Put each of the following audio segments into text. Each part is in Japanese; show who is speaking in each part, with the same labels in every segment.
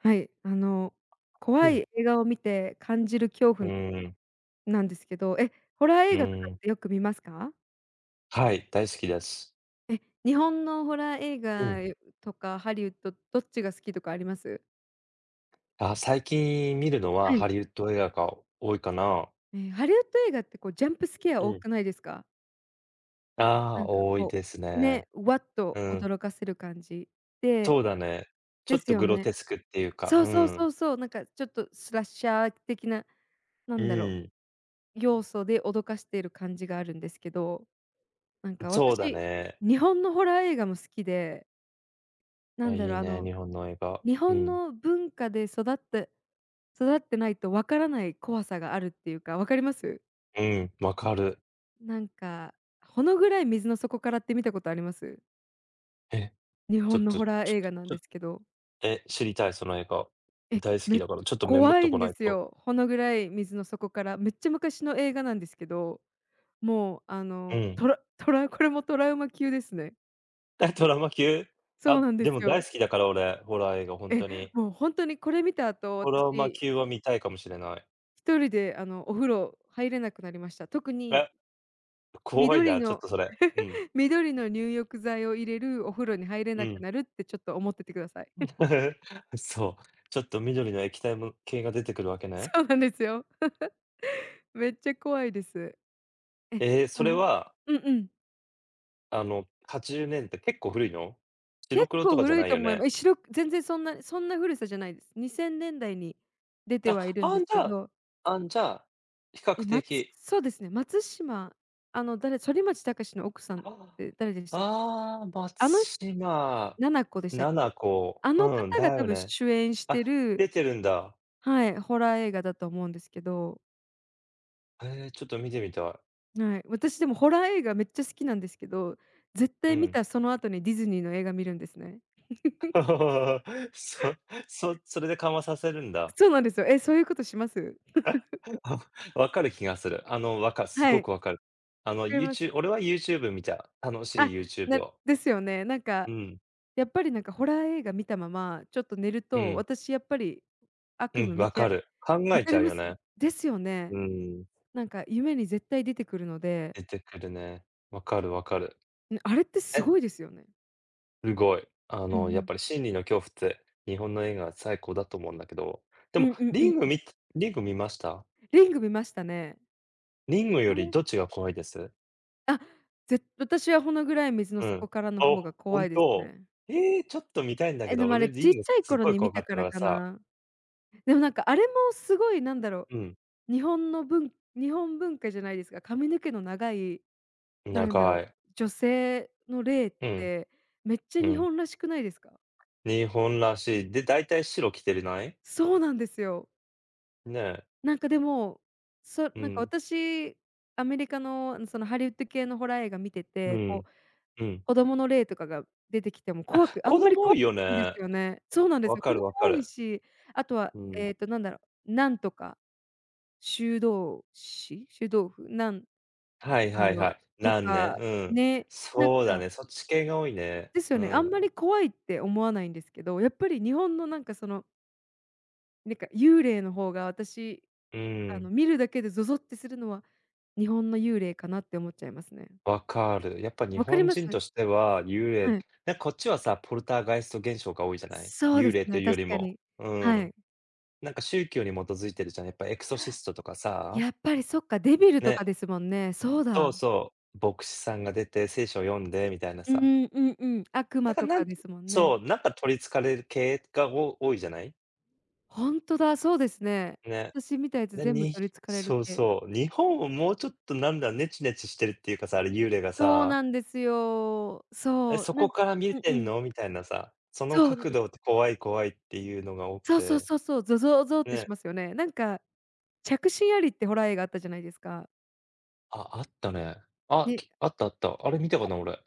Speaker 1: はい、
Speaker 2: う
Speaker 1: 怖い
Speaker 2: ん。
Speaker 1: 映画を見て感じる恐
Speaker 2: う
Speaker 1: 怖
Speaker 2: ーん、
Speaker 1: なんですけど、ホラー
Speaker 2: う
Speaker 1: 映画とか
Speaker 2: ー
Speaker 1: っ
Speaker 2: ん。
Speaker 1: てよく見ますか？
Speaker 2: はい、大好きです。
Speaker 1: 日本のホラー映
Speaker 2: う
Speaker 1: 画
Speaker 2: ん。
Speaker 1: とかハリウッド、どっちが好きとかあります？
Speaker 2: あ、最近見るのは
Speaker 1: はい。
Speaker 2: ハリウッド映画が多いかな。
Speaker 1: ハリウッド映画ってこうジャンプスケア
Speaker 2: う
Speaker 1: 多
Speaker 2: ん。
Speaker 1: くないですか？
Speaker 2: あ
Speaker 1: な
Speaker 2: あ、
Speaker 1: んか
Speaker 2: 多い
Speaker 1: こ
Speaker 2: です
Speaker 1: う、
Speaker 2: ね。
Speaker 1: ね、わっ
Speaker 2: う
Speaker 1: と
Speaker 2: ん、
Speaker 1: 驚かせる感じで、
Speaker 2: そうだね。ちょ
Speaker 1: で
Speaker 2: っ
Speaker 1: す
Speaker 2: と
Speaker 1: よ
Speaker 2: グロ
Speaker 1: ね。
Speaker 2: テスクっていうか、
Speaker 1: そ
Speaker 2: う
Speaker 1: うそうそ
Speaker 2: ん。
Speaker 1: うそう、なんかちょっとスラッシャー的な、な
Speaker 2: う
Speaker 1: んだろ
Speaker 2: ん、
Speaker 1: う、要素で脅かしている感じがあるんですけどなんか
Speaker 2: そうだ
Speaker 1: 私、
Speaker 2: ね。
Speaker 1: 日本のホラー映画も好きで、な
Speaker 2: あ、
Speaker 1: んだ
Speaker 2: い
Speaker 1: ろ
Speaker 2: い
Speaker 1: う、
Speaker 2: ね、日本の映画。
Speaker 1: 日
Speaker 2: う
Speaker 1: 本
Speaker 2: ん、
Speaker 1: の文化で育ってないとわからない怖さがあるっていうか、わかります？
Speaker 2: うん、わかる。
Speaker 1: なんか、ほの暗い水の底からって見たことあります？
Speaker 2: え、
Speaker 1: 日
Speaker 2: ちょっ
Speaker 1: 本の
Speaker 2: と、ち
Speaker 1: ホ
Speaker 2: ょ
Speaker 1: ラー映画なん
Speaker 2: ちょ
Speaker 1: ですけど。
Speaker 2: え、知りたい、その映画。
Speaker 1: え、
Speaker 2: 大好き
Speaker 1: め
Speaker 2: だから、ちょっとメモっ
Speaker 1: 怖
Speaker 2: と
Speaker 1: い
Speaker 2: こ
Speaker 1: ん
Speaker 2: な
Speaker 1: で
Speaker 2: い
Speaker 1: す
Speaker 2: と。
Speaker 1: よ。ほの暗い水の底から。めっちゃ昔の映画なんですけど、もう
Speaker 2: うん。
Speaker 1: トラトラこれもトラウマ級ですね。
Speaker 2: え、ドラマ級？
Speaker 1: そう
Speaker 2: あ、
Speaker 1: なんで
Speaker 2: で
Speaker 1: す
Speaker 2: も大
Speaker 1: よ。
Speaker 2: 好きだから俺、ホラー映画ほん
Speaker 1: え、
Speaker 2: とに。
Speaker 1: もうほんとにこれ見た後、
Speaker 2: トラウマ
Speaker 1: 私
Speaker 2: 級は見たいかもしれない。
Speaker 1: 一人で、お風呂入れなくなりました。特に
Speaker 2: え、怖い
Speaker 1: 緑
Speaker 2: な、ちょっ
Speaker 1: の
Speaker 2: とそれ。うん、
Speaker 1: 緑の入浴剤を入れるお風呂に入れ
Speaker 2: う
Speaker 1: なく
Speaker 2: ん。
Speaker 1: なるってちょっと思っててください。
Speaker 2: そう、ちょっと緑の液体も系が出てくるわけ ね。
Speaker 1: そうなんですよ。めっちゃ怖いです。え、
Speaker 2: そ
Speaker 1: あ
Speaker 2: れ
Speaker 1: の
Speaker 2: は、
Speaker 1: うんうん。
Speaker 2: 80年代、結構古いの？白
Speaker 1: 結
Speaker 2: 黒と
Speaker 1: 構
Speaker 2: かじゃ
Speaker 1: 古
Speaker 2: な
Speaker 1: い
Speaker 2: い
Speaker 1: と
Speaker 2: よ
Speaker 1: 思いま
Speaker 2: ね？
Speaker 1: す。え、白く全然そんな古さじゃないです。2000年代に出てはい
Speaker 2: あ、
Speaker 1: るん
Speaker 2: あ
Speaker 1: で
Speaker 2: ん
Speaker 1: す
Speaker 2: じ
Speaker 1: け
Speaker 2: ゃあ
Speaker 1: ど、
Speaker 2: あんじゃあ、比
Speaker 1: え、
Speaker 2: 較的、
Speaker 1: そうですね、松島、反町隆史の奥さんっ
Speaker 2: あ
Speaker 1: て誰でしたっけ？
Speaker 2: あー、松
Speaker 1: あの
Speaker 2: 島
Speaker 1: 7子でしたっ
Speaker 2: 七々
Speaker 1: け？
Speaker 2: 子、
Speaker 1: あの
Speaker 2: うん、
Speaker 1: 方
Speaker 2: だ
Speaker 1: が多
Speaker 2: よ
Speaker 1: 分
Speaker 2: ね。
Speaker 1: 主演し
Speaker 2: あ、
Speaker 1: てる。
Speaker 2: 出てるんだ。
Speaker 1: はい、ホラー映画だと思うんですけど。
Speaker 2: ちょっと見てみたい。
Speaker 1: はい。私でもホラー映画めっちゃ好きなんですけど、絶
Speaker 2: う
Speaker 1: 対見
Speaker 2: ん。
Speaker 1: たその後にディズニーの映画見るんですね。
Speaker 2: そそれで緩和させるんだ。
Speaker 1: そうなんですよ。そういうことします？
Speaker 2: あ、わかる気がする。す
Speaker 1: は
Speaker 2: ごく
Speaker 1: い、
Speaker 2: わかる。あ
Speaker 1: わ
Speaker 2: の、
Speaker 1: かりま
Speaker 2: YouTube、
Speaker 1: す。
Speaker 2: 俺は YouTube 見ちゃう。楽し
Speaker 1: あ、
Speaker 2: い YouTube
Speaker 1: な
Speaker 2: を。
Speaker 1: ですよね。なん
Speaker 2: う
Speaker 1: か、
Speaker 2: ん、
Speaker 1: やっぱりなんかホラー映画見たまま、ちょっと寝る
Speaker 2: う
Speaker 1: と、
Speaker 2: ん、
Speaker 1: 私やっぱり悪
Speaker 2: うん、
Speaker 1: 夢見
Speaker 2: わ
Speaker 1: ちゃ。
Speaker 2: かる。考
Speaker 1: わ
Speaker 2: え
Speaker 1: か
Speaker 2: ち
Speaker 1: り
Speaker 2: ゃう
Speaker 1: ま
Speaker 2: よ
Speaker 1: す？
Speaker 2: ね。
Speaker 1: ですよね。
Speaker 2: うん、
Speaker 1: なんか夢に絶対出てくるので、
Speaker 2: 出てくるね。わかるわかる。
Speaker 1: あれってす
Speaker 2: え、
Speaker 1: ごいですよね。
Speaker 2: すごい。
Speaker 1: うんう
Speaker 2: やっ
Speaker 1: ん。
Speaker 2: ぱり心理の恐怖って、日本の映画最高だと思うんだけど、で
Speaker 1: う
Speaker 2: も
Speaker 1: んうんうん。
Speaker 2: リング見ました？
Speaker 1: リング見ましたね。
Speaker 2: リング
Speaker 1: あ
Speaker 2: より
Speaker 1: れ、
Speaker 2: どっちが怖いです？
Speaker 1: あ、私はほの暗い水の
Speaker 2: うん。
Speaker 1: 底からの
Speaker 2: お
Speaker 1: 方が
Speaker 2: ほ
Speaker 1: 怖
Speaker 2: ん
Speaker 1: いです
Speaker 2: と。
Speaker 1: ね。
Speaker 2: ええ、ちょっと見たいんだけ
Speaker 1: で
Speaker 2: ど、
Speaker 1: もあれ
Speaker 2: 俺リ
Speaker 1: ちっ
Speaker 2: ング
Speaker 1: ちゃい
Speaker 2: す
Speaker 1: 頃
Speaker 2: ごい
Speaker 1: に見
Speaker 2: 怖か
Speaker 1: た
Speaker 2: った
Speaker 1: か
Speaker 2: か
Speaker 1: ら
Speaker 2: ら
Speaker 1: か
Speaker 2: さ。
Speaker 1: な。でもなんかあれもすごいなんだろ
Speaker 2: うん、
Speaker 1: う、日本文化じゃないですか、髪の毛の長い、なんだろ
Speaker 2: 長
Speaker 1: う、
Speaker 2: い。
Speaker 1: 女性の霊っ
Speaker 2: うん、
Speaker 1: てめっちゃ
Speaker 2: う
Speaker 1: 日
Speaker 2: ん。
Speaker 1: 本らしくないですか？
Speaker 2: 日本らしい。で、大体白着てるない？
Speaker 1: そうなんですよ。
Speaker 2: ねえ。
Speaker 1: なんかでも、
Speaker 2: う
Speaker 1: なんか
Speaker 2: ん、
Speaker 1: 私、アメリカの、そのハリウッド系のホラー映画見て
Speaker 2: う
Speaker 1: て、こ
Speaker 2: ん、
Speaker 1: う
Speaker 2: うん。
Speaker 1: 子供の例とかが出てきても
Speaker 2: あ、
Speaker 1: あん
Speaker 2: 子
Speaker 1: まり
Speaker 2: 供多
Speaker 1: 怖
Speaker 2: いよ
Speaker 1: いんです
Speaker 2: ね。
Speaker 1: よね。そうなんです
Speaker 2: わ
Speaker 1: よ。
Speaker 2: か
Speaker 1: 子供
Speaker 2: るわか
Speaker 1: 多い
Speaker 2: る。
Speaker 1: し、あとは、
Speaker 2: うん。
Speaker 1: なんだろう、なんとか、臭豆腐、なん
Speaker 2: はい
Speaker 1: あ
Speaker 2: はいは
Speaker 1: の、
Speaker 2: い。
Speaker 1: と
Speaker 2: なんね、
Speaker 1: か、
Speaker 2: うん。
Speaker 1: ね、なん
Speaker 2: そうだ
Speaker 1: か、
Speaker 2: ね、そっち系が多いね。
Speaker 1: ですよ
Speaker 2: う
Speaker 1: ね、あん
Speaker 2: ん、
Speaker 1: まり怖いって思わないんですけど、やっぱり日本のなんかなんか幽霊の方が私、
Speaker 2: うん。
Speaker 1: 見るだけでゾゾってするのは、日本の幽霊かなって思っちゃいますね。
Speaker 2: わかる。やっぱ日
Speaker 1: わかり
Speaker 2: 本
Speaker 1: ま
Speaker 2: 人と
Speaker 1: す？
Speaker 2: しては、幽霊。
Speaker 1: はい。
Speaker 2: なんかこっちはさ、ポルターガイスト現象が多いじゃない？
Speaker 1: そう
Speaker 2: 幽
Speaker 1: です
Speaker 2: 霊と
Speaker 1: ね、
Speaker 2: いうより
Speaker 1: 確か
Speaker 2: も。
Speaker 1: に。
Speaker 2: う
Speaker 1: は
Speaker 2: ん。
Speaker 1: い。
Speaker 2: なんか宗教に基づいてるじゃん。やっぱエクソシストとかさ、
Speaker 1: やっぱりそっか、デビルとか
Speaker 2: ね、
Speaker 1: ですもんね。そう
Speaker 2: そう
Speaker 1: だ。
Speaker 2: そう、牧師さんが出て聖書を読んでみたいな
Speaker 1: う
Speaker 2: さ。
Speaker 1: んうんうん。悪
Speaker 2: だ
Speaker 1: 魔
Speaker 2: から
Speaker 1: と
Speaker 2: な
Speaker 1: か
Speaker 2: ん
Speaker 1: ですもんね。
Speaker 2: そう、なんか取り憑かれる系がお多いじゃない？
Speaker 1: ほんとだ、そうですね。
Speaker 2: ね。
Speaker 1: 私見たやつ
Speaker 2: で、
Speaker 1: 全部
Speaker 2: に
Speaker 1: 取り憑かれる
Speaker 2: そう
Speaker 1: 系。
Speaker 2: そう、日本をもうちょっとなんだ、ネチネチしてるっていうかさ、あれ幽霊が
Speaker 1: そう
Speaker 2: さ
Speaker 1: なんですよ。
Speaker 2: え、
Speaker 1: そ
Speaker 2: そ
Speaker 1: う、
Speaker 2: こから見
Speaker 1: うんう
Speaker 2: てん
Speaker 1: ん。
Speaker 2: の？みたいなさ、その
Speaker 1: そう、
Speaker 2: 角度って怖い怖いっていうのが多く
Speaker 1: そうそう
Speaker 2: て、
Speaker 1: そうそう、ゾゾゾってし
Speaker 2: ね。
Speaker 1: ますよね。なんか、着信ありってホラー映画あったじゃないですか。
Speaker 2: あ、あったね。あ、
Speaker 1: ね、
Speaker 2: あったあった。あれ見たかな、俺。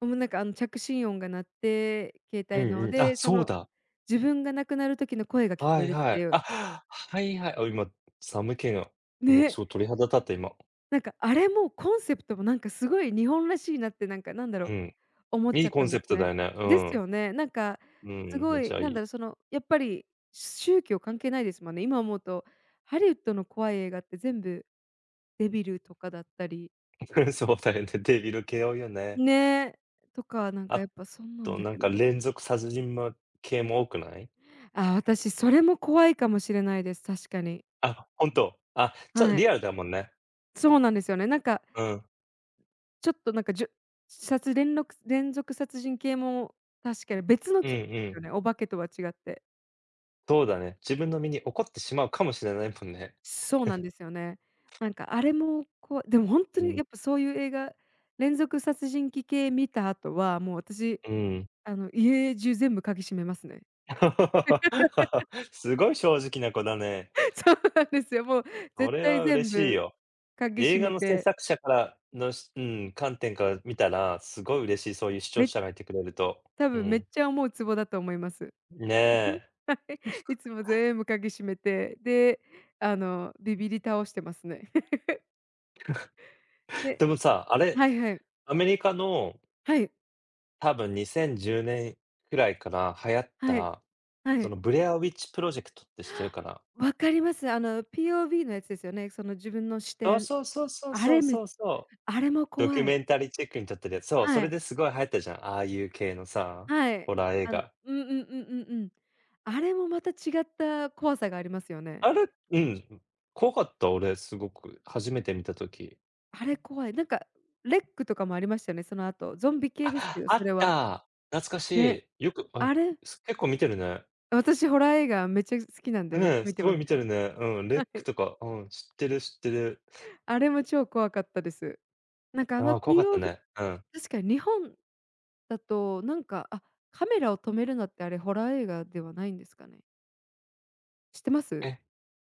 Speaker 1: もうなんかあの着信音が鳴って、携
Speaker 2: うん
Speaker 1: 帯の、
Speaker 2: うん。あ、
Speaker 1: で、そ
Speaker 2: そう
Speaker 1: の
Speaker 2: だ。
Speaker 1: 自分が亡くなる時の声が聞こ
Speaker 2: は
Speaker 1: え
Speaker 2: い
Speaker 1: るっ
Speaker 2: は
Speaker 1: てい
Speaker 2: い。
Speaker 1: う。
Speaker 2: あ、はいはい。あ、今、寒気が、うわ、
Speaker 1: ね。
Speaker 2: そう、鳥肌立った、今。
Speaker 1: なんか、あれもコンセプトもなんかすごい日本らしいなって、なんかなんだろ
Speaker 2: う
Speaker 1: う、
Speaker 2: ん。
Speaker 1: 思っ
Speaker 2: い
Speaker 1: ち
Speaker 2: い
Speaker 1: ゃっ
Speaker 2: コ
Speaker 1: た
Speaker 2: ン
Speaker 1: ん
Speaker 2: セ
Speaker 1: です
Speaker 2: プトだよ
Speaker 1: ね。
Speaker 2: ね。う
Speaker 1: です
Speaker 2: ん。
Speaker 1: よね。なんか、
Speaker 2: う
Speaker 1: す
Speaker 2: ん、
Speaker 1: ご
Speaker 2: めち
Speaker 1: い、
Speaker 2: ゃい
Speaker 1: なんだろ
Speaker 2: い。
Speaker 1: う、やっぱり宗教関係ないですもんね。今思うと、ハリウッドの怖い映画って全部デビルとかだったり
Speaker 2: そうだよね、デビル系多いよね。
Speaker 1: ね、とか、なんか
Speaker 2: あ
Speaker 1: やっぱそんなん
Speaker 2: と、
Speaker 1: だ
Speaker 2: なん
Speaker 1: け
Speaker 2: か
Speaker 1: ど。
Speaker 2: 連続殺人魔系も多くない？
Speaker 1: ああ、私それも怖いかもしれないです、確かに。
Speaker 2: あ、ほんと。あ、
Speaker 1: はい。
Speaker 2: リアルだもんね。
Speaker 1: そうなんですよね。なんか
Speaker 2: うん。
Speaker 1: ちょっとなんか、じゅ殺連ろく連続殺人系も確かに別の
Speaker 2: うん
Speaker 1: です
Speaker 2: うん、
Speaker 1: よね、お化けとは違って。
Speaker 2: そうだね。自分の身に起こってしまうかもしれないもんね。
Speaker 1: そうなんですよね。なんかあれも、こうでもほんと
Speaker 2: う
Speaker 1: にや
Speaker 2: ん、
Speaker 1: っぱそういう映画、連続殺人鬼系見た後は、もう私、
Speaker 2: うん。
Speaker 1: 家中全部鍵閉めますね。
Speaker 2: すごい正直な子だね。
Speaker 1: そうなんですよ。もう
Speaker 2: そ
Speaker 1: 絶
Speaker 2: れ
Speaker 1: 対
Speaker 2: は
Speaker 1: 全
Speaker 2: 嬉しい
Speaker 1: 部
Speaker 2: よ。
Speaker 1: 鍵
Speaker 2: 映
Speaker 1: 閉
Speaker 2: 画
Speaker 1: め
Speaker 2: の制
Speaker 1: て、
Speaker 2: 作者からのしうん、観点から見たら、すごい嬉しい、そういう視聴者
Speaker 1: め
Speaker 2: がいてくれると。
Speaker 1: 多
Speaker 2: う
Speaker 1: 分めっ
Speaker 2: ん。
Speaker 1: ちゃ思うツボだと思います。
Speaker 2: ね
Speaker 1: はい。いつも全部鍵閉めて、で、ビビり倒してますね。
Speaker 2: え。
Speaker 1: で、
Speaker 2: でもさ、あれ、
Speaker 1: はいはい。
Speaker 2: アメリカの
Speaker 1: はい。
Speaker 2: 多分2010年くらいから流行っ
Speaker 1: はい。
Speaker 2: た、
Speaker 1: は
Speaker 2: そ
Speaker 1: い。
Speaker 2: のブレアウィッチプロジェクトって知ってるかな？
Speaker 1: わかります。あの POV のやつですよね。その自分の視
Speaker 2: そう
Speaker 1: 点。
Speaker 2: そうそうそう
Speaker 1: あ
Speaker 2: そ
Speaker 1: れ
Speaker 2: う
Speaker 1: め
Speaker 2: そうそう。
Speaker 1: あれも
Speaker 2: ドキュ
Speaker 1: 怖い。
Speaker 2: メンタリーチックに撮ってるやつ、そう、そ
Speaker 1: は
Speaker 2: れ
Speaker 1: い。
Speaker 2: ですごい流行ったじゃん、ああいう系のさ、
Speaker 1: はい。
Speaker 2: ホラー映画。
Speaker 1: うんうんうんうんうん。あれもまた違った怖さがありますよね。
Speaker 2: あれ、うん、怖かった、俺すごく、初めて見た時。
Speaker 1: あれ怖い。なんか、レックとかもありましたよね、その後。ゾンビ系ですけ
Speaker 2: あ、
Speaker 1: ど、
Speaker 2: あっ
Speaker 1: それは。
Speaker 2: た。懐か
Speaker 1: ね、
Speaker 2: しい。よく
Speaker 1: あれ
Speaker 2: 結構見てるね。
Speaker 1: 私ホラー映画めっちゃ好きなんで、めっち
Speaker 2: ね、
Speaker 1: ゃ
Speaker 2: す
Speaker 1: 見て
Speaker 2: ご
Speaker 1: ま
Speaker 2: い
Speaker 1: す
Speaker 2: 見て
Speaker 1: よ。
Speaker 2: るね。うん、レ
Speaker 1: は
Speaker 2: ック
Speaker 1: い。
Speaker 2: とか、うん、知ってる知ってる。
Speaker 1: あれも超怖かったです。なんかあ
Speaker 2: あ
Speaker 1: の
Speaker 2: あ、怖かった
Speaker 1: POV、
Speaker 2: ね。うん。
Speaker 1: 確かに日本だと、なんか、カメラを止めるなってあれホラー映画ではないんですかね？知ってます？
Speaker 2: え、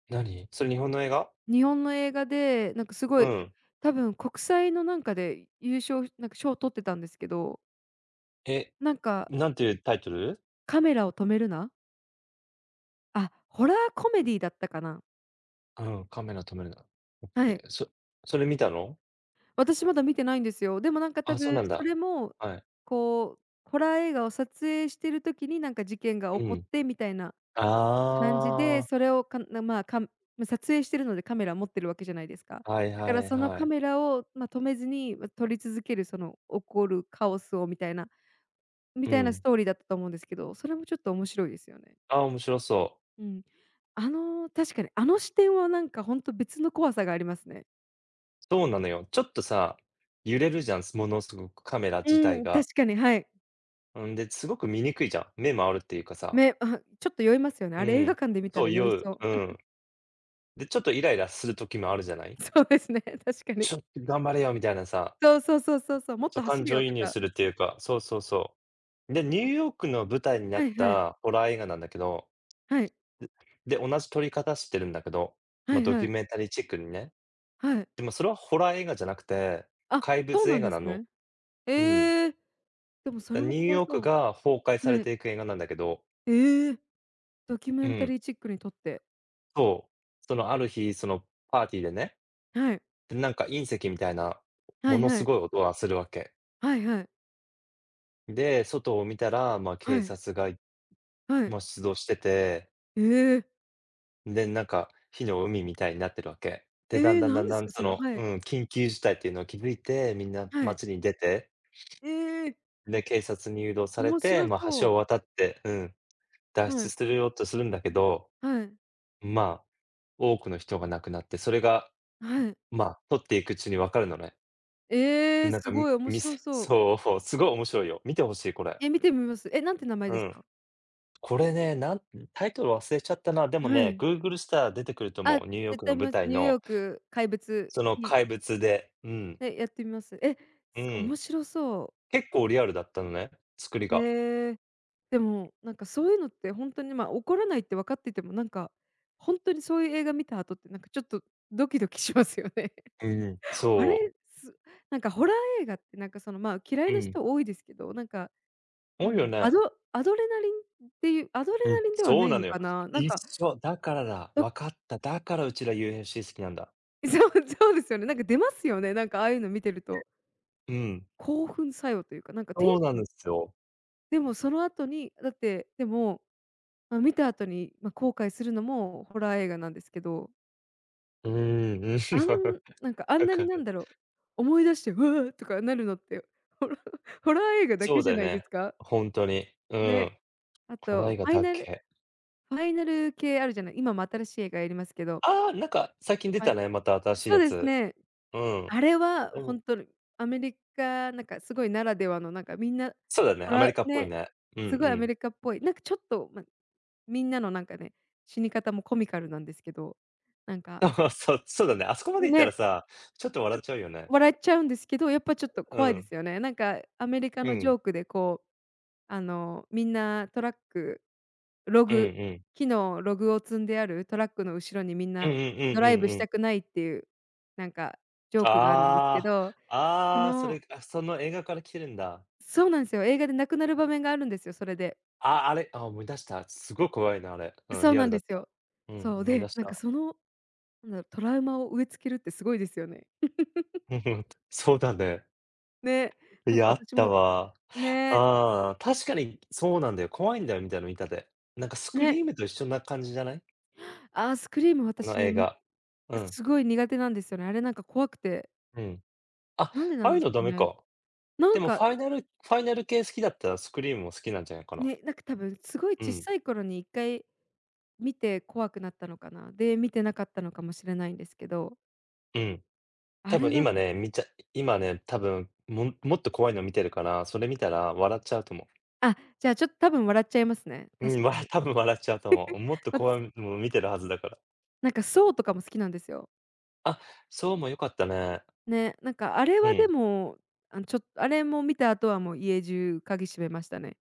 Speaker 2: 何？それ日本の映画？
Speaker 1: 日本の映画で、なんかすご
Speaker 2: う
Speaker 1: い、
Speaker 2: ん。
Speaker 1: 多分国際のなんかで優勝なんか賞を取ってたんですけど、
Speaker 2: え、
Speaker 1: なんか
Speaker 2: なんていうタイトル？
Speaker 1: 「カメラを止めるな」ホラーコメディだったかな？
Speaker 2: うん、カメラ止めるな。オッ
Speaker 1: は
Speaker 2: ケ
Speaker 1: い。
Speaker 2: ー。それ見たの？
Speaker 1: 私まだ見てないんですよ。でもなんか多
Speaker 2: あ、そう
Speaker 1: 分
Speaker 2: なん
Speaker 1: そ
Speaker 2: だ。
Speaker 1: れも、
Speaker 2: はい。
Speaker 1: こう、ホラー映画を撮影してる時になんか事件が起
Speaker 2: う
Speaker 1: こっ
Speaker 2: ん。
Speaker 1: てみたいな感じで、
Speaker 2: あ
Speaker 1: それをかなまあ、かま、撮影してるのでカメラ持ってるわけじゃないですか。
Speaker 2: あ、はい
Speaker 1: だか
Speaker 2: は
Speaker 1: ら
Speaker 2: い
Speaker 1: その
Speaker 2: は
Speaker 1: カ
Speaker 2: い。
Speaker 1: メラを、ま、止めずに、ま、撮り続けるその起こるカオスをみたいなみ
Speaker 2: う
Speaker 1: たいな
Speaker 2: ん。
Speaker 1: ストーリーだったと思うんですけど、それもちょっと面白いですよね。
Speaker 2: ああ、面白そう。
Speaker 1: うん。確かにあの視点はなんかほんと別の怖さがありますね。
Speaker 2: そうなのよ。ちょっとさ、揺れるじゃん、ものすごくカメラ自
Speaker 1: う
Speaker 2: 体
Speaker 1: ん、確
Speaker 2: が。
Speaker 1: かに、はい。
Speaker 2: うん。で、すごく見にくいじゃん。目回るっていうかさ。
Speaker 1: ちょっと酔いますよね。
Speaker 2: う
Speaker 1: あれ映画
Speaker 2: ん。
Speaker 1: 館で見た
Speaker 2: そう、
Speaker 1: ら酔い
Speaker 2: 酔う。
Speaker 1: そう。
Speaker 2: うん。で、ちょっとイライラする時もあるじゃな い？
Speaker 1: そうですね、確かに。
Speaker 2: ちょっと頑張れよみたいなさ、
Speaker 1: そうそうそうそうそう、もっ
Speaker 2: そう、
Speaker 1: と
Speaker 2: 感
Speaker 1: 走れ
Speaker 2: 情
Speaker 1: よ
Speaker 2: 移
Speaker 1: と
Speaker 2: 入
Speaker 1: か。
Speaker 2: するっていうか、そうそうそう。で、ニューヨークの舞台にな
Speaker 1: は
Speaker 2: っ
Speaker 1: いはい。
Speaker 2: たホラー映画なんだけど、
Speaker 1: はい。
Speaker 2: で、で、同じ撮り方してるんだけど、
Speaker 1: は
Speaker 2: まあ、
Speaker 1: い
Speaker 2: ド
Speaker 1: は
Speaker 2: キュ
Speaker 1: い。
Speaker 2: メンタリーチックにね。
Speaker 1: はい。
Speaker 2: でも、それはホラー映画じゃなくて、
Speaker 1: あ、
Speaker 2: 怪
Speaker 1: そう
Speaker 2: 物
Speaker 1: な
Speaker 2: 映
Speaker 1: ん
Speaker 2: 画
Speaker 1: です
Speaker 2: なの。
Speaker 1: ね。
Speaker 2: うん。
Speaker 1: ええ、でもそれも
Speaker 2: ニュー
Speaker 1: 怖
Speaker 2: ヨーク
Speaker 1: そ
Speaker 2: が崩壊
Speaker 1: う。
Speaker 2: され
Speaker 1: はい。
Speaker 2: ていく映画なんだけど、
Speaker 1: ええ、ドキュ
Speaker 2: う
Speaker 1: メンタ
Speaker 2: ん、
Speaker 1: リーチックに撮って。
Speaker 2: そう。その、ある日、その、パーティーでね、
Speaker 1: はい。
Speaker 2: で、なんか隕石みたいな、
Speaker 1: は
Speaker 2: も
Speaker 1: い
Speaker 2: の
Speaker 1: は
Speaker 2: す
Speaker 1: い。
Speaker 2: ごい音がするわけ。
Speaker 1: はいはい。
Speaker 2: で、外を見たら、ま、警
Speaker 1: はい。
Speaker 2: 察が、
Speaker 1: はい。
Speaker 2: ま、出動してて、
Speaker 1: ええ。
Speaker 2: で、なんか、火の海みたいになってるわけ。で、だん
Speaker 1: ええ、
Speaker 2: だんだ
Speaker 1: 何
Speaker 2: ん
Speaker 1: で
Speaker 2: だ
Speaker 1: す
Speaker 2: ん、
Speaker 1: か、
Speaker 2: そ
Speaker 1: それ。
Speaker 2: の、
Speaker 1: はい。
Speaker 2: 緊急事態っていうのを気づいて、みんな
Speaker 1: はい。
Speaker 2: 街に出て、
Speaker 1: ええ、
Speaker 2: で、警察に誘導され
Speaker 1: 面
Speaker 2: て、
Speaker 1: 白
Speaker 2: ま、
Speaker 1: そ
Speaker 2: 橋を
Speaker 1: う。
Speaker 2: 渡って脱
Speaker 1: は
Speaker 2: 出
Speaker 1: い。
Speaker 2: するようとするんだけど、
Speaker 1: はい。
Speaker 2: まあ、多くの人が亡くなって、それが、
Speaker 1: はい。
Speaker 2: まあ、撮っていくうちに分かるのね。
Speaker 1: ええ、
Speaker 2: なん
Speaker 1: す
Speaker 2: か、み
Speaker 1: ごい面
Speaker 2: み
Speaker 1: 白
Speaker 2: せ
Speaker 1: そう。
Speaker 2: そう、すごい面白いよ。見てほしい、これ。
Speaker 1: 見てみます。なんて名前
Speaker 2: う
Speaker 1: です
Speaker 2: ん。
Speaker 1: か？
Speaker 2: これね、タイトル忘れちゃったな。でも
Speaker 1: は
Speaker 2: ね、
Speaker 1: い。
Speaker 2: Google したら出てくると
Speaker 1: あ、
Speaker 2: 思う。ニューヨー
Speaker 1: 絶
Speaker 2: クの
Speaker 1: 対見
Speaker 2: 舞
Speaker 1: ます。
Speaker 2: 台
Speaker 1: ニューヨ
Speaker 2: の、
Speaker 1: ーク怪物
Speaker 2: その
Speaker 1: P
Speaker 2: 怪物で。うん、
Speaker 1: で、やってみます。
Speaker 2: うん。
Speaker 1: 面白そ
Speaker 2: 結構リアルだったのね、作り
Speaker 1: う。
Speaker 2: が。
Speaker 1: へえ。でも、なんかそういうのって本当に、ま、怒らないって分かってても、なんか、本当にそういう映画見た後って、なんかちょっとドキドキしますよね。
Speaker 2: うん、
Speaker 1: あれ、
Speaker 2: そ
Speaker 1: すなんかホラー映画ってなんかその、ま、嫌い
Speaker 2: う。う
Speaker 1: な
Speaker 2: ん。
Speaker 1: 人多いですけど、なんか、な
Speaker 2: 多い
Speaker 1: ん
Speaker 2: よ
Speaker 1: だ、ア
Speaker 2: ね。
Speaker 1: ドアドレナリンっていうアドレ
Speaker 2: うん、
Speaker 1: ナリンでは
Speaker 2: そ
Speaker 1: な
Speaker 2: う
Speaker 1: い
Speaker 2: な
Speaker 1: の
Speaker 2: のよ。
Speaker 1: かな、なん
Speaker 2: 一
Speaker 1: か、
Speaker 2: 緒、だから、
Speaker 1: ど
Speaker 2: 分かった、だからうちら UFC 好きなんだ。
Speaker 1: そうそうですよね。なんか出ますよね、なんかああいうの見てると。
Speaker 2: うん、
Speaker 1: 興奮作用というか、なんかテン
Speaker 2: そうな
Speaker 1: シ
Speaker 2: ん
Speaker 1: ョ
Speaker 2: で
Speaker 1: ン。
Speaker 2: すよ。
Speaker 1: でもその後に、だって、でも、まあ、見た後に、ま、後悔するのもホラー映画なんですけど、
Speaker 2: うーん、う
Speaker 1: あん
Speaker 2: ん、
Speaker 1: なんかあん
Speaker 2: わ
Speaker 1: なに
Speaker 2: か
Speaker 1: なん
Speaker 2: る。
Speaker 1: だろう、思い出して、「うわ！」とかなるのって、ホラーホラー映画だ
Speaker 2: そ
Speaker 1: け
Speaker 2: う
Speaker 1: じ
Speaker 2: だ
Speaker 1: ゃ
Speaker 2: よ
Speaker 1: ないで
Speaker 2: ね、
Speaker 1: すか？
Speaker 2: ほんとに。う
Speaker 1: ね。
Speaker 2: ん、
Speaker 1: あ
Speaker 2: トラ
Speaker 1: と
Speaker 2: イガ
Speaker 1: ファイ
Speaker 2: だっ
Speaker 1: ナル
Speaker 2: け。
Speaker 1: ファイナル系あるじゃない、今も新しい映画やりますけど、
Speaker 2: ああ、なんか最近出
Speaker 1: は
Speaker 2: た
Speaker 1: い、
Speaker 2: ね、また新しい
Speaker 1: そ
Speaker 2: や
Speaker 1: うです
Speaker 2: つ。
Speaker 1: ね。
Speaker 2: うん。
Speaker 1: あれは
Speaker 2: でも
Speaker 1: 本当にアメリカなんかすごいならではのなんかみんな、
Speaker 2: そうだね、
Speaker 1: ホ
Speaker 2: アメ
Speaker 1: ラー
Speaker 2: リカっぽい
Speaker 1: ね、
Speaker 2: ね。うんう
Speaker 1: すごいアメ
Speaker 2: ん。
Speaker 1: リカっぽい、なんかちょっと、ま、みんなのなんかね、死に方もコミカルなんですけど、なんか
Speaker 2: そうそう、そうだね、あそこまで行ったら
Speaker 1: ね
Speaker 2: さ、ちょっと
Speaker 1: ち
Speaker 2: 笑
Speaker 1: ょ
Speaker 2: っちゃうよね。
Speaker 1: 笑っちゃうんですけど、やっぱちょっと
Speaker 2: う
Speaker 1: 怖いで
Speaker 2: ん、
Speaker 1: すよね。なんかアメリカ
Speaker 2: う
Speaker 1: のジ
Speaker 2: ん、
Speaker 1: ョークでこう、あの、みんなトラック、ロ
Speaker 2: うん
Speaker 1: グ
Speaker 2: うん。
Speaker 1: 木のログを積んであるトラックの後ろにみん
Speaker 2: うん
Speaker 1: な
Speaker 2: うんう
Speaker 1: ド
Speaker 2: ん
Speaker 1: ライブ
Speaker 2: うん
Speaker 1: し
Speaker 2: うん。
Speaker 1: たくないっていう、なんかジョークがあるんですけ
Speaker 2: あ
Speaker 1: ど、
Speaker 2: あ、
Speaker 1: そ
Speaker 2: ああ、そ
Speaker 1: の
Speaker 2: れ、あ、その映画から来てるんだ。
Speaker 1: そうなんですよ、映画で亡くなる場面があるんですよ、それで。
Speaker 2: あ、あれ、あ、思い出した。すごい怖いな、あれ。うん、
Speaker 1: そう
Speaker 2: リア
Speaker 1: な
Speaker 2: ル
Speaker 1: ん
Speaker 2: だ
Speaker 1: で
Speaker 2: っ
Speaker 1: す
Speaker 2: た。
Speaker 1: よ。
Speaker 2: うん、
Speaker 1: そう、
Speaker 2: 思い出
Speaker 1: で、
Speaker 2: し
Speaker 1: なんか
Speaker 2: た。
Speaker 1: その、なんだろう、トラウマを植え付けるってすごいですよね。
Speaker 2: うん、そうだね。
Speaker 1: ね、
Speaker 2: い
Speaker 1: なん
Speaker 2: や、
Speaker 1: か
Speaker 2: あっ
Speaker 1: 私
Speaker 2: た
Speaker 1: も
Speaker 2: わ。
Speaker 1: ね。
Speaker 2: ああ、確かにそうなんだよ。怖いんだよ、みたいな見たで。なんかスク
Speaker 1: ね、
Speaker 2: リームと一緒な感じじゃない？
Speaker 1: ああ、スクリーム
Speaker 2: あの
Speaker 1: 私ね、
Speaker 2: 映画。うん、
Speaker 1: すごい苦手なんですよね。あれなんか怖くて。
Speaker 2: うん。あ、
Speaker 1: なんでな
Speaker 2: あ
Speaker 1: ん
Speaker 2: あい
Speaker 1: で
Speaker 2: う
Speaker 1: す
Speaker 2: のダ
Speaker 1: か
Speaker 2: メ
Speaker 1: ね。
Speaker 2: か。
Speaker 1: な
Speaker 2: で
Speaker 1: ん
Speaker 2: もフ
Speaker 1: か、
Speaker 2: ァイナルファイナル系好きだったらスクリームも好きなんじゃないかな。
Speaker 1: ね、なんか多分すごい
Speaker 2: う
Speaker 1: 小
Speaker 2: ん、
Speaker 1: さい頃に一回見て怖くなったのかな。で、見てなかったのかもしれないんですけど、
Speaker 2: うん。
Speaker 1: あ
Speaker 2: 多
Speaker 1: れ
Speaker 2: 分
Speaker 1: は。
Speaker 2: 今ね、見ちゃ今ね、多分、もっと怖いの見てるから、それ見たら笑っちゃうと思
Speaker 1: あ、じゃあちょっと多分笑っちゃいますね。
Speaker 2: う。
Speaker 1: 確
Speaker 2: うん、
Speaker 1: かに。
Speaker 2: 多分笑っちゃうと思う。もっと怖い
Speaker 1: 私
Speaker 2: の見てるはずだから。
Speaker 1: なんかソウとかも好きなんですよ。
Speaker 2: あ、そうも良かったね。
Speaker 1: ね、なんかあれ
Speaker 2: う
Speaker 1: はで
Speaker 2: ん。
Speaker 1: も、あのちょっとあれも見た後はもう家中鍵閉めましたね。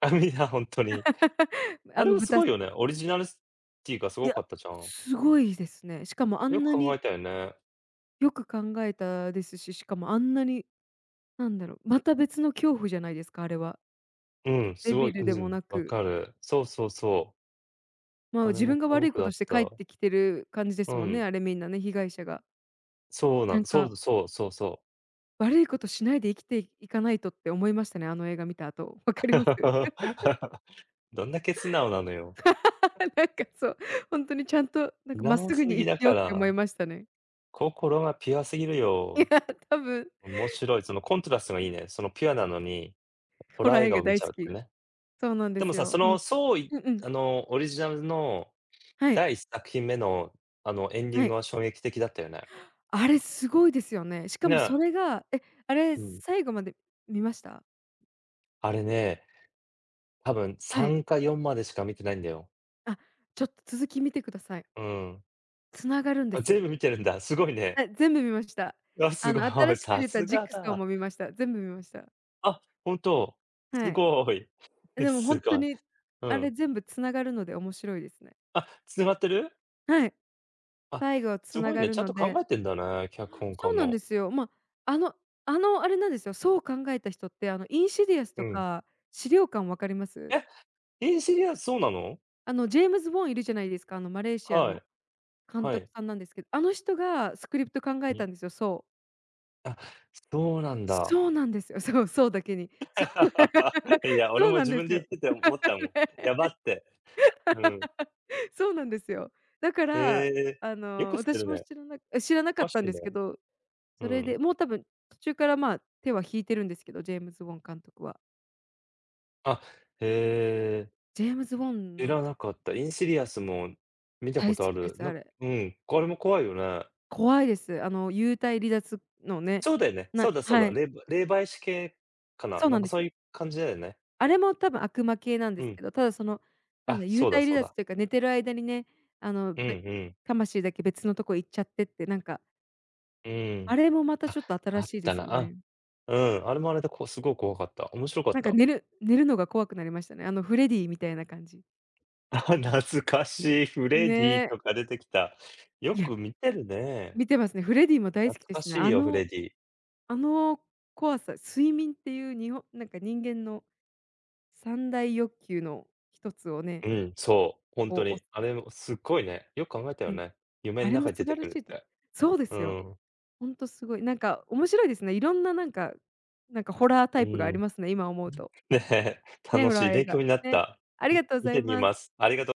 Speaker 2: あ、みんな本当に。あ
Speaker 1: あ
Speaker 2: れ
Speaker 1: の
Speaker 2: はす
Speaker 1: 豚。
Speaker 2: ごいよね。オリジナルスティがす
Speaker 1: い
Speaker 2: ご
Speaker 1: や、
Speaker 2: かったじゃん。
Speaker 1: すごいですね。しかもあ
Speaker 2: よ
Speaker 1: ん
Speaker 2: く
Speaker 1: な
Speaker 2: 考え
Speaker 1: に
Speaker 2: たよね。
Speaker 1: よく考えたですし、しかもあんなになんだろう、また別の恐怖じゃないですか、あれは。
Speaker 2: うん、
Speaker 1: デ
Speaker 2: すご
Speaker 1: ビ
Speaker 2: い、
Speaker 1: ル
Speaker 2: う
Speaker 1: でも
Speaker 2: ん、
Speaker 1: な
Speaker 2: わ
Speaker 1: く、
Speaker 2: かる。そうそうそう。
Speaker 1: まあ、
Speaker 2: あれ
Speaker 1: 自
Speaker 2: も
Speaker 1: 分が
Speaker 2: 恐
Speaker 1: 悪いこ
Speaker 2: 怖だ
Speaker 1: と
Speaker 2: っ
Speaker 1: して帰っ
Speaker 2: た。
Speaker 1: てきてる感じで
Speaker 2: う
Speaker 1: すもんね、
Speaker 2: ん。
Speaker 1: あれみんなね、被害者が。
Speaker 2: そうな
Speaker 1: なん
Speaker 2: んそ
Speaker 1: か、
Speaker 2: うそうそうそう。
Speaker 1: 悪いことしないで生きていかないとって思いましたね、あの映画見た後。わかります？
Speaker 2: どんだけ素直なのよ。
Speaker 1: なんかそう、本当にちゃんと、なん
Speaker 2: 素
Speaker 1: かまっ
Speaker 2: 直
Speaker 1: すぐ
Speaker 2: す
Speaker 1: に
Speaker 2: ぎ
Speaker 1: 生
Speaker 2: だ
Speaker 1: きよ
Speaker 2: か
Speaker 1: うって思
Speaker 2: ら。
Speaker 1: いましたね。
Speaker 2: 心がピュアすぎる
Speaker 1: い
Speaker 2: よ。
Speaker 1: や、多分、
Speaker 2: 面白い。そのコントラストがいいね。そのピュアなのに、ホ
Speaker 1: ホ
Speaker 2: ラ
Speaker 1: ラ
Speaker 2: ー
Speaker 1: ー
Speaker 2: 映
Speaker 1: 映
Speaker 2: 画を
Speaker 1: 画
Speaker 2: 見
Speaker 1: 大
Speaker 2: ちゃ
Speaker 1: 好
Speaker 2: うって
Speaker 1: き。
Speaker 2: ね。
Speaker 1: そうなんで
Speaker 2: でも
Speaker 1: す
Speaker 2: さ、そ
Speaker 1: よ。で
Speaker 2: の、
Speaker 1: も。
Speaker 2: そうい
Speaker 1: うんうん。
Speaker 2: あの、オリジナルの
Speaker 1: はい、
Speaker 2: 第1作品目の、エンディ
Speaker 1: は
Speaker 2: ング
Speaker 1: い。
Speaker 2: は衝撃的だったよね。
Speaker 1: あれすごいですよね。しかも
Speaker 2: ね。
Speaker 1: それがあれ
Speaker 2: うん。
Speaker 1: 最後まで見ました？
Speaker 2: あれね、多分
Speaker 1: はい。
Speaker 2: 3か4までしか見てないんだよ。
Speaker 1: あ、ちょっと続き見てください。
Speaker 2: うん。
Speaker 1: 繋がるんで
Speaker 2: あ、
Speaker 1: すよ。
Speaker 2: 全部見てるんだ。すごいね。
Speaker 1: はい、全部見ました。
Speaker 2: あ、す
Speaker 1: あ
Speaker 2: ご
Speaker 1: の、
Speaker 2: い。
Speaker 1: 新しく
Speaker 2: さ
Speaker 1: 出た
Speaker 2: す
Speaker 1: ジグ
Speaker 2: が
Speaker 1: ソー
Speaker 2: だ。
Speaker 1: も見ました。全部見ました。
Speaker 2: あ、本当。
Speaker 1: は
Speaker 2: す
Speaker 1: い。
Speaker 2: ごい。え、
Speaker 1: でもほ
Speaker 2: す
Speaker 1: んと
Speaker 2: ごい。
Speaker 1: に、
Speaker 2: う
Speaker 1: あれ
Speaker 2: ん。
Speaker 1: 全部繋がるので面白いですね。
Speaker 2: あ、繋がってる？
Speaker 1: はい。
Speaker 2: あ、
Speaker 1: 最後
Speaker 2: す
Speaker 1: 繋
Speaker 2: ごい
Speaker 1: が
Speaker 2: ね、
Speaker 1: る
Speaker 2: ちゃんと
Speaker 1: の
Speaker 2: 考
Speaker 1: で、
Speaker 2: えてんだね、脚本家
Speaker 1: そうなんで
Speaker 2: も。
Speaker 1: すよ。ま、あのあの、あれなんですよ、そう考えた人って、あの、インシディアス
Speaker 2: う
Speaker 1: と
Speaker 2: ん。
Speaker 1: か、資料館分かります？
Speaker 2: え、インシリアスそうなの？
Speaker 1: あの、ジェームズ・ボーンいるじゃないですか、あの、マレーシア
Speaker 2: はい。
Speaker 1: の監
Speaker 2: は
Speaker 1: 督
Speaker 2: い。
Speaker 1: さんなんですけど、あの人がスクリプト考えた
Speaker 2: に
Speaker 1: んですよ、そう。
Speaker 2: あ、そうなんだ。
Speaker 1: そうなんですよ。そう、そうだけに。そう。
Speaker 2: いや、俺
Speaker 1: そう
Speaker 2: も
Speaker 1: なん
Speaker 2: 自
Speaker 1: で
Speaker 2: 分
Speaker 1: す
Speaker 2: で言っ
Speaker 1: よ。
Speaker 2: てて思ったもん。やばって。うん。
Speaker 1: そうなんですよ。だから、
Speaker 2: へえ。
Speaker 1: あ
Speaker 2: よ
Speaker 1: の、
Speaker 2: く知ってる
Speaker 1: 私も
Speaker 2: ね。
Speaker 1: 知らなか
Speaker 2: 詳
Speaker 1: っ
Speaker 2: し
Speaker 1: たん
Speaker 2: い
Speaker 1: で
Speaker 2: ね。
Speaker 1: すけど、
Speaker 2: う
Speaker 1: それ
Speaker 2: ん。
Speaker 1: で、もう多分途中から、まあ、手は引いてるんですけど、ジェームズ・ウォン監督は。
Speaker 2: あ、へえ、
Speaker 1: ジェームズ・ウォン
Speaker 2: 知
Speaker 1: の。
Speaker 2: らなかった。インシリアスも見た
Speaker 1: 大
Speaker 2: こ
Speaker 1: 好
Speaker 2: と
Speaker 1: き
Speaker 2: あ
Speaker 1: で
Speaker 2: る。
Speaker 1: す、あれ。
Speaker 2: うん、これも怖いよね。
Speaker 1: 怖いです。あの、幽体離脱のね、
Speaker 2: そうだよね。そうだそう
Speaker 1: は
Speaker 2: だ。
Speaker 1: い、
Speaker 2: 霊媒師系かな。
Speaker 1: そう
Speaker 2: な
Speaker 1: な
Speaker 2: ん
Speaker 1: ん
Speaker 2: か
Speaker 1: です
Speaker 2: そう
Speaker 1: よ。
Speaker 2: いう感じだよね。
Speaker 1: あれも多分悪魔系なんで
Speaker 2: う
Speaker 1: す
Speaker 2: ん。
Speaker 1: けど、ただその、なん
Speaker 2: あ、
Speaker 1: だ、幽
Speaker 2: そうだ
Speaker 1: 体
Speaker 2: そ
Speaker 1: 離
Speaker 2: う
Speaker 1: 脱
Speaker 2: だ。
Speaker 1: というか、寝てる間にね、あの、
Speaker 2: うんうん。
Speaker 1: 魂だけ別のとこ行っちゃってって、なんか
Speaker 2: う
Speaker 1: あ
Speaker 2: ん。
Speaker 1: れもまた
Speaker 2: あ、
Speaker 1: ちょっと
Speaker 2: あ
Speaker 1: 新
Speaker 2: っ
Speaker 1: しいで
Speaker 2: た
Speaker 1: すよ
Speaker 2: な。あ、
Speaker 1: ね。
Speaker 2: うん。あれもあれでこうすごい怖かった。面白かっ
Speaker 1: なんか
Speaker 2: た。
Speaker 1: 寝るのが怖くなりましたね。あのフレディみたいな感じ。
Speaker 2: あ、懐かしい、フレディ
Speaker 1: ね。
Speaker 2: とか出てきた。よ
Speaker 1: いや、
Speaker 2: く見てるね。
Speaker 1: 見てますね。フレディも大
Speaker 2: 懐
Speaker 1: 好きで
Speaker 2: か
Speaker 1: すね。
Speaker 2: しい
Speaker 1: あ
Speaker 2: よ、フレ
Speaker 1: の
Speaker 2: ディ。
Speaker 1: あの怖さ、睡眠っていうなんか人間の三大欲求の一つをね、
Speaker 2: うん、そう、ほんと
Speaker 1: こう、
Speaker 2: に。あれもすっごいね、よく考えたよ
Speaker 1: ね、
Speaker 2: ね。夢
Speaker 1: あ
Speaker 2: ん
Speaker 1: れも
Speaker 2: 中に
Speaker 1: 素
Speaker 2: 出て
Speaker 1: 晴ら
Speaker 2: くる
Speaker 1: しい
Speaker 2: っ
Speaker 1: と。
Speaker 2: て。
Speaker 1: そうで
Speaker 2: う
Speaker 1: すよ。
Speaker 2: ん。
Speaker 1: ほんとすごい。なんか面白いですね。いろんななんかホラー
Speaker 2: う
Speaker 1: タイプがあり
Speaker 2: ん。
Speaker 1: ますね、今思うと。
Speaker 2: ね、
Speaker 1: ね、
Speaker 2: 楽
Speaker 1: ホラ
Speaker 2: しい
Speaker 1: ー映
Speaker 2: 勉
Speaker 1: 画。
Speaker 2: 強になっ
Speaker 1: ね、
Speaker 2: た。
Speaker 1: ありがとうご
Speaker 2: 見
Speaker 1: ざ
Speaker 2: て
Speaker 1: い
Speaker 2: み
Speaker 1: ます。
Speaker 2: ます。ありがと